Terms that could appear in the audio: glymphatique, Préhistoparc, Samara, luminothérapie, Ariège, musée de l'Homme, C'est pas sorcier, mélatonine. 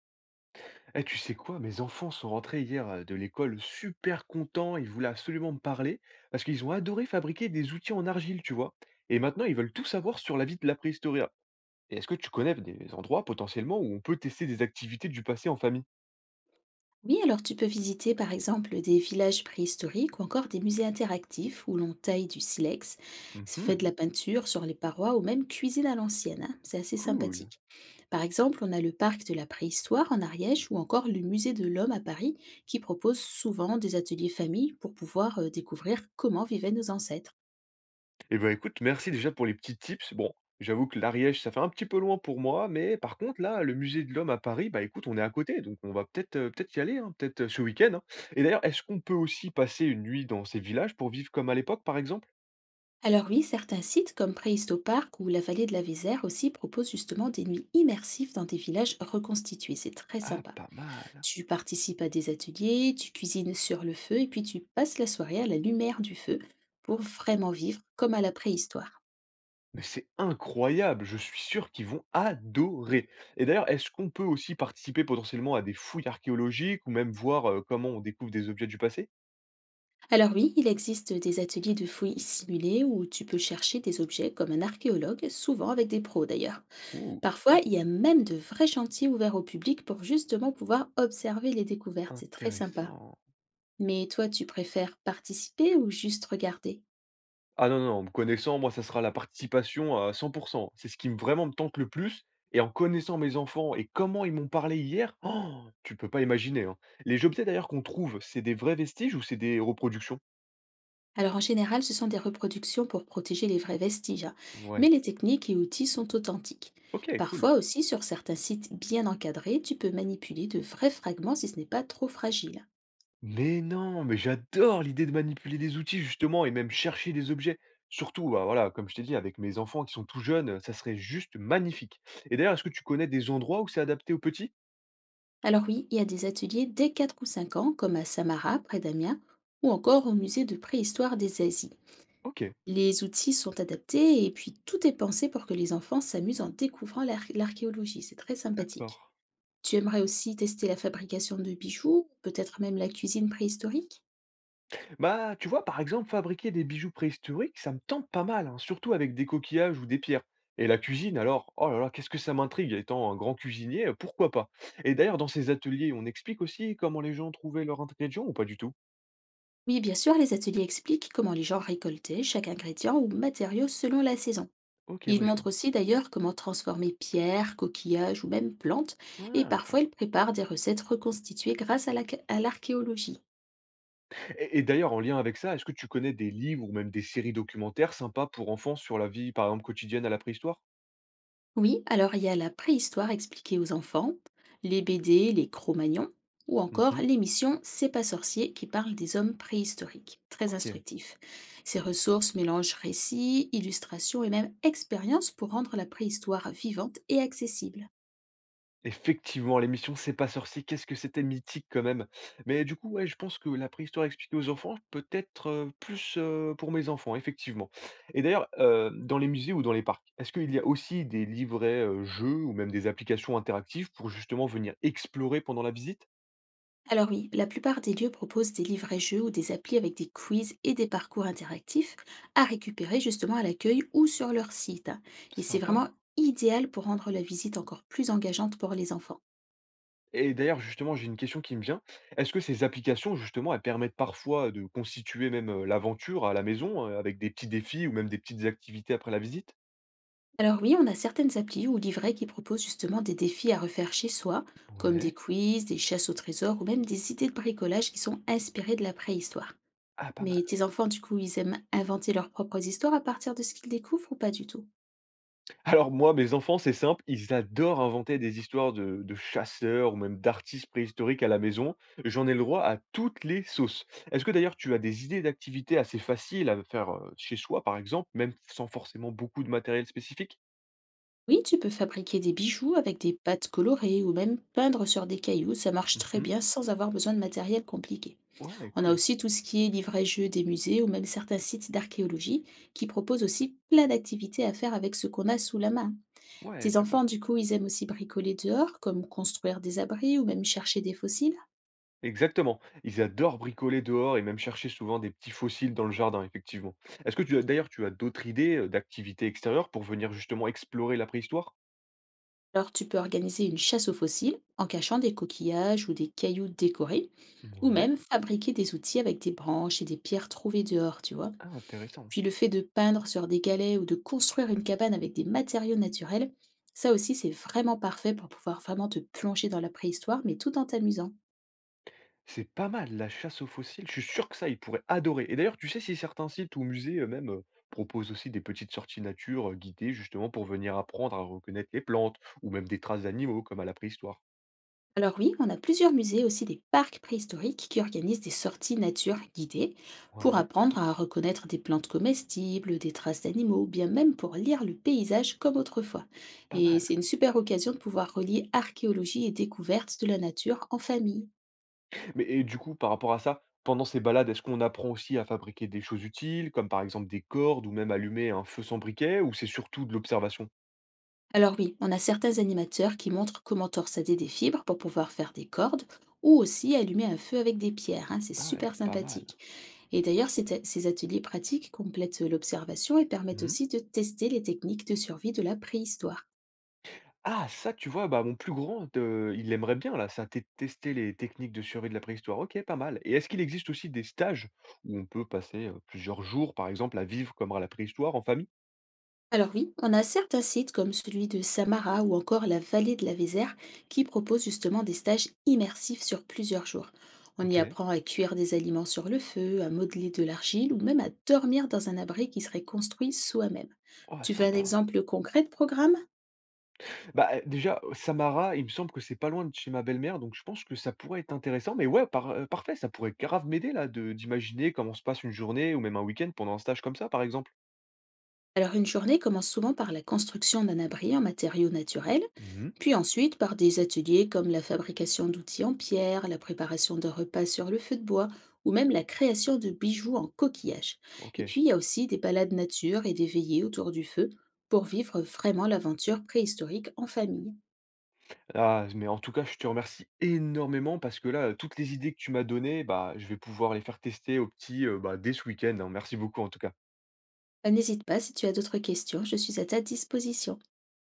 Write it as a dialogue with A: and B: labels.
A: Eh, tu sais quoi? Mes enfants sont rentrés hier de l'école super contents. Ils voulaient absolument me parler parce qu'ils ont adoré fabriquer des outils en argile, tu vois. Et maintenant, ils veulent tout savoir sur la vie de la préhistoire. Et est-ce que tu connais des endroits potentiellement où on peut tester des activités du passé en famille?
B: Oui, alors tu peux visiter par exemple des villages préhistoriques ou encore des musées interactifs où l'on taille du silex, se fait de la
A: Mhm,
B: peinture sur les parois ou même cuisine à l'ancienne. Hein, C'est assez
A: cool.
B: sympathique. Par exemple, on a le parc de la préhistoire en Ariège ou encore le musée de l'Homme à Paris qui propose souvent des ateliers famille pour pouvoir découvrir comment vivaient nos ancêtres.
A: Eh ben, écoute, merci déjà pour les petits tips. Bon, j'avoue que l'Ariège, ça fait un petit peu loin pour moi, mais par contre, là, le musée de l'Homme à Paris, bah écoute, on est à côté, donc on va peut-être y aller, hein, peut-être ce week-end, hein. Et d'ailleurs, est-ce qu'on peut aussi passer une nuit dans ces villages pour vivre comme à l'époque, par exemple?
B: Alors oui, certains sites comme Préhistoparc ou la vallée de la Vézère aussi proposent justement des nuits immersives dans des villages reconstitués. C'est très
A: Ah,
B: sympa.
A: pas mal.
B: Tu participes à des ateliers, tu cuisines sur le feu et puis tu passes la soirée à la lumière du feu pour vraiment vivre comme à la préhistoire.
A: Mais c'est incroyable, je suis sûr qu'ils vont adorer. Et d'ailleurs, est-ce qu'on peut aussi participer potentiellement à des fouilles archéologiques ou même voir comment on découvre des objets du passé?
B: Alors oui, il existe des ateliers de fouilles simulés où tu peux chercher des objets comme un archéologue, souvent avec des pros d'ailleurs.
A: Ouh,
B: Parfois,
A: super
B: il y a même de vrais chantiers ouverts au public pour justement pouvoir observer les découvertes. C'est très sympa.
A: intéressant.
B: Mais toi, tu préfères participer ou juste regarder?
A: Ah non, non, non, me connaissant, moi, ça sera la participation à cent pour cent. C'est ce qui me vraiment me tente le plus, et en connaissant mes enfants et comment ils m'ont parlé hier, oh, tu peux pas imaginer, hein. Les objets d'ailleurs qu'on trouve, c'est des vrais vestiges ou c'est des reproductions?
B: Alors en général, ce sont des reproductions pour protéger les vrais vestiges, hein, mais
A: Ouais.
B: les techniques et outils sont authentiques.
A: OK, cool.
B: Parfois aussi, sur certains sites bien encadrés, tu peux manipuler de vrais fragments si ce n'est pas trop fragile.
A: Mais non, mais j'adore l'idée de manipuler des outils justement et même chercher des objets. Surtout, bah, voilà, comme je t'ai dit, avec mes enfants qui sont tout jeunes, ça serait juste magnifique. Et d'ailleurs, est-ce que tu connais des endroits où c'est adapté aux petits?
B: Alors oui, il y a des ateliers dès 4 ou 5 ans, comme à Samara, près d'Amiens, ou encore au musée de préhistoire des Asies.
A: OK,
B: Les outils sont adaptés et puis tout est pensé pour que les enfants s'amusent en découvrant l'archéologie. C'est très
A: d'accord.
B: sympathique. Tu aimerais aussi tester la fabrication de bijoux, peut-être même la cuisine préhistorique?
A: Bah, tu vois, par exemple, fabriquer des bijoux préhistoriques, ça me tente pas mal, hein, surtout avec des coquillages ou des pierres. Et la cuisine, alors, oh là là, qu'est-ce que ça m'intrigue, étant un grand cuisinier, pourquoi pas? Et d'ailleurs, dans ces ateliers, on explique aussi comment les gens trouvaient leurs ingrédients ou pas du tout?
B: Oui, bien sûr, les ateliers expliquent comment les gens récoltaient chaque ingrédient ou matériau selon la saison.
A: Ok,
B: Ils
A: ouais, je
B: montrent
A: vois.
B: aussi d'ailleurs comment transformer pierres, coquillages ou même plantes, et parfois
A: Ah.
B: ils préparent des recettes reconstituées grâce à à l'archéologie.
A: Et d'ailleurs, en lien avec ça, est-ce que tu connais des livres ou même des séries documentaires sympas pour enfants sur la vie, par exemple, quotidienne à la préhistoire?
B: Oui, alors il y a la préhistoire expliquée aux enfants, les BD, les Cro-Magnons, ou encore
A: Mhm.
B: l'émission C'est pas sorcier qui parle des hommes préhistoriques. Très
A: Ok.
B: instructif. Ces ressources mélangent récits, illustrations et même expériences pour rendre la préhistoire vivante et accessible.
A: Effectivement, l'émission C'est pas sorcier, qu'est-ce que c'était mythique quand même. Mais du coup, ouais, je pense que la préhistoire expliquée aux enfants, peut-être, plus, pour mes enfants, effectivement. Et d'ailleurs, dans les musées ou dans les parcs, est-ce qu'il y a aussi des livrets, jeux ou même des applications interactives pour justement venir explorer pendant la visite?
B: Alors oui, la plupart des lieux proposent des livrets-jeux ou des applis avec des quiz et des parcours interactifs à récupérer justement à l'accueil ou sur leur site, hein. Et c'est
A: Sympa.
B: vraiment idéal pour rendre la visite encore plus engageante pour les enfants.
A: Et d'ailleurs, justement, j'ai une question qui me vient. Est-ce que ces applications, justement, elles permettent parfois de constituer même, l'aventure à la maison, avec des petits défis ou même des petites activités après la visite?
B: Alors oui, on a certaines applis ou livrets qui proposent justement des défis à refaire chez soi, comme des
A: Ouais.
B: quiz, des chasses au trésor ou même des idées de bricolage qui sont inspirées de la préhistoire.
A: Ah, pas
B: Mais
A: mal.
B: tes enfants, du coup, ils aiment inventer leurs propres histoires à partir de ce qu'ils découvrent ou pas du tout?
A: Alors moi, mes enfants, c'est simple, ils adorent inventer des histoires de chasseurs ou même d'artistes préhistoriques à la maison. J'en ai le droit à toutes les sauces. Est-ce que d'ailleurs tu as des idées d'activités assez faciles à faire chez soi, par exemple, même sans forcément beaucoup de matériel spécifique?
B: Oui, tu peux fabriquer des bijoux avec des pâtes colorées ou même peindre sur des cailloux. Ça marche très
A: Mhm.
B: bien sans avoir besoin de matériel compliqué.
A: Ouais,
B: On a
A: cool.
B: aussi tout ce qui est livret-jeu des musées ou même certains sites d'archéologie qui proposent aussi plein d'activités à faire avec ce qu'on a sous la main.
A: Ouais,
B: Tes enfants,
A: d'accord.
B: du coup, ils aiment aussi bricoler dehors, comme construire des abris ou même chercher des fossiles?
A: Exactement. Ils adorent bricoler dehors et même chercher souvent des petits fossiles dans le jardin, effectivement. Est-ce que tu as d'autres idées d'activités extérieures pour venir justement explorer la préhistoire?
B: Alors tu peux organiser une chasse aux fossiles en cachant des coquillages ou des cailloux décorés, ou
A: Ouais.
B: même fabriquer des outils avec des branches et des pierres trouvées dehors, tu vois.
A: Ah, intéressant.
B: Puis le fait de peindre sur des galets ou de construire une cabane avec des matériaux naturels, ça aussi c'est vraiment parfait pour pouvoir vraiment te plonger dans la préhistoire, mais tout en t'amusant.
A: C'est pas mal, la chasse aux fossiles, je suis sûr que ça, ils pourraient adorer. Et d'ailleurs, tu sais si certains sites ou musées, même, proposent aussi des petites sorties nature, guidées justement pour venir apprendre à reconnaître les plantes ou même des traces d'animaux comme à la préhistoire?
B: Alors oui, on a plusieurs musées, aussi des parcs préhistoriques qui organisent des sorties nature guidées pour
A: Ouais,
B: apprendre à reconnaître des plantes comestibles, des traces d'animaux, ou bien même pour lire le paysage comme autrefois.
A: pas
B: Et
A: mal.
B: c'est une super occasion de pouvoir relier archéologie et découverte de la nature en famille.
A: Mais et du coup, par rapport à ça, pendant ces balades, est-ce qu'on apprend aussi à fabriquer des choses utiles comme par exemple des cordes ou même allumer un feu sans briquet ou c'est surtout de l'observation?
B: Alors oui, on a certains animateurs qui montrent comment torsader des fibres pour pouvoir faire des cordes ou aussi allumer un feu avec des pierres, hein, c'est
A: Ah ouais,
B: super
A: pas mal.
B: sympathique. Et d'ailleurs, ces ateliers pratiques complètent l'observation et permettent
A: Mmh.
B: aussi de tester les techniques de survie de la préhistoire.
A: Ah ça, tu vois? Bah, mon plus grand de il aimerait bien là, ça, té tester les techniques de survie de la préhistoire. OK, pas mal. Et est-ce qu'il existe aussi des stages où on peut passer, plusieurs jours, par exemple, à vivre comme à la préhistoire en famille?
B: Alors oui, on a certains sites comme celui de Samara ou encore la vallée de la Vézère qui proposent justement des stages immersifs sur plusieurs jours. On y
A: OK.
B: apprend à cuire des aliments sur le feu, à modeler de l'argile ou même à dormir dans un abri qui serait construit soi-même.
A: Oh
B: Tu veux un
A: sympa.
B: exemple concret de programme?
A: Bah, déjà, Samara, il me semble que c'est pas loin de chez ma belle-mère, donc je pense que ça pourrait être intéressant, mais ouais, parfait, ça pourrait grave m'aider là de d'imaginer comment se passe une journée ou même un week-end pendant un stage comme ça, par exemple.
B: Alors une journée commence souvent par la construction d'un abri en matériaux naturels,
A: Mmh.
B: puis ensuite par des ateliers comme la fabrication d'outils en pierre, la préparation de repas sur le feu de bois ou même la création de bijoux en coquillage. Et
A: OK.
B: puis il y a aussi des balades nature et des veillées autour du feu pour vivre vraiment l'aventure préhistorique en famille.
A: Ah, mais en tout cas, je te remercie énormément parce que là, toutes les idées que tu m'as données, bah, je vais pouvoir les faire tester aux petits, bah, dès ce week-end, hein. Merci beaucoup en tout cas.
B: Ah, n'hésite pas si tu as d'autres questions, je suis à ta disposition.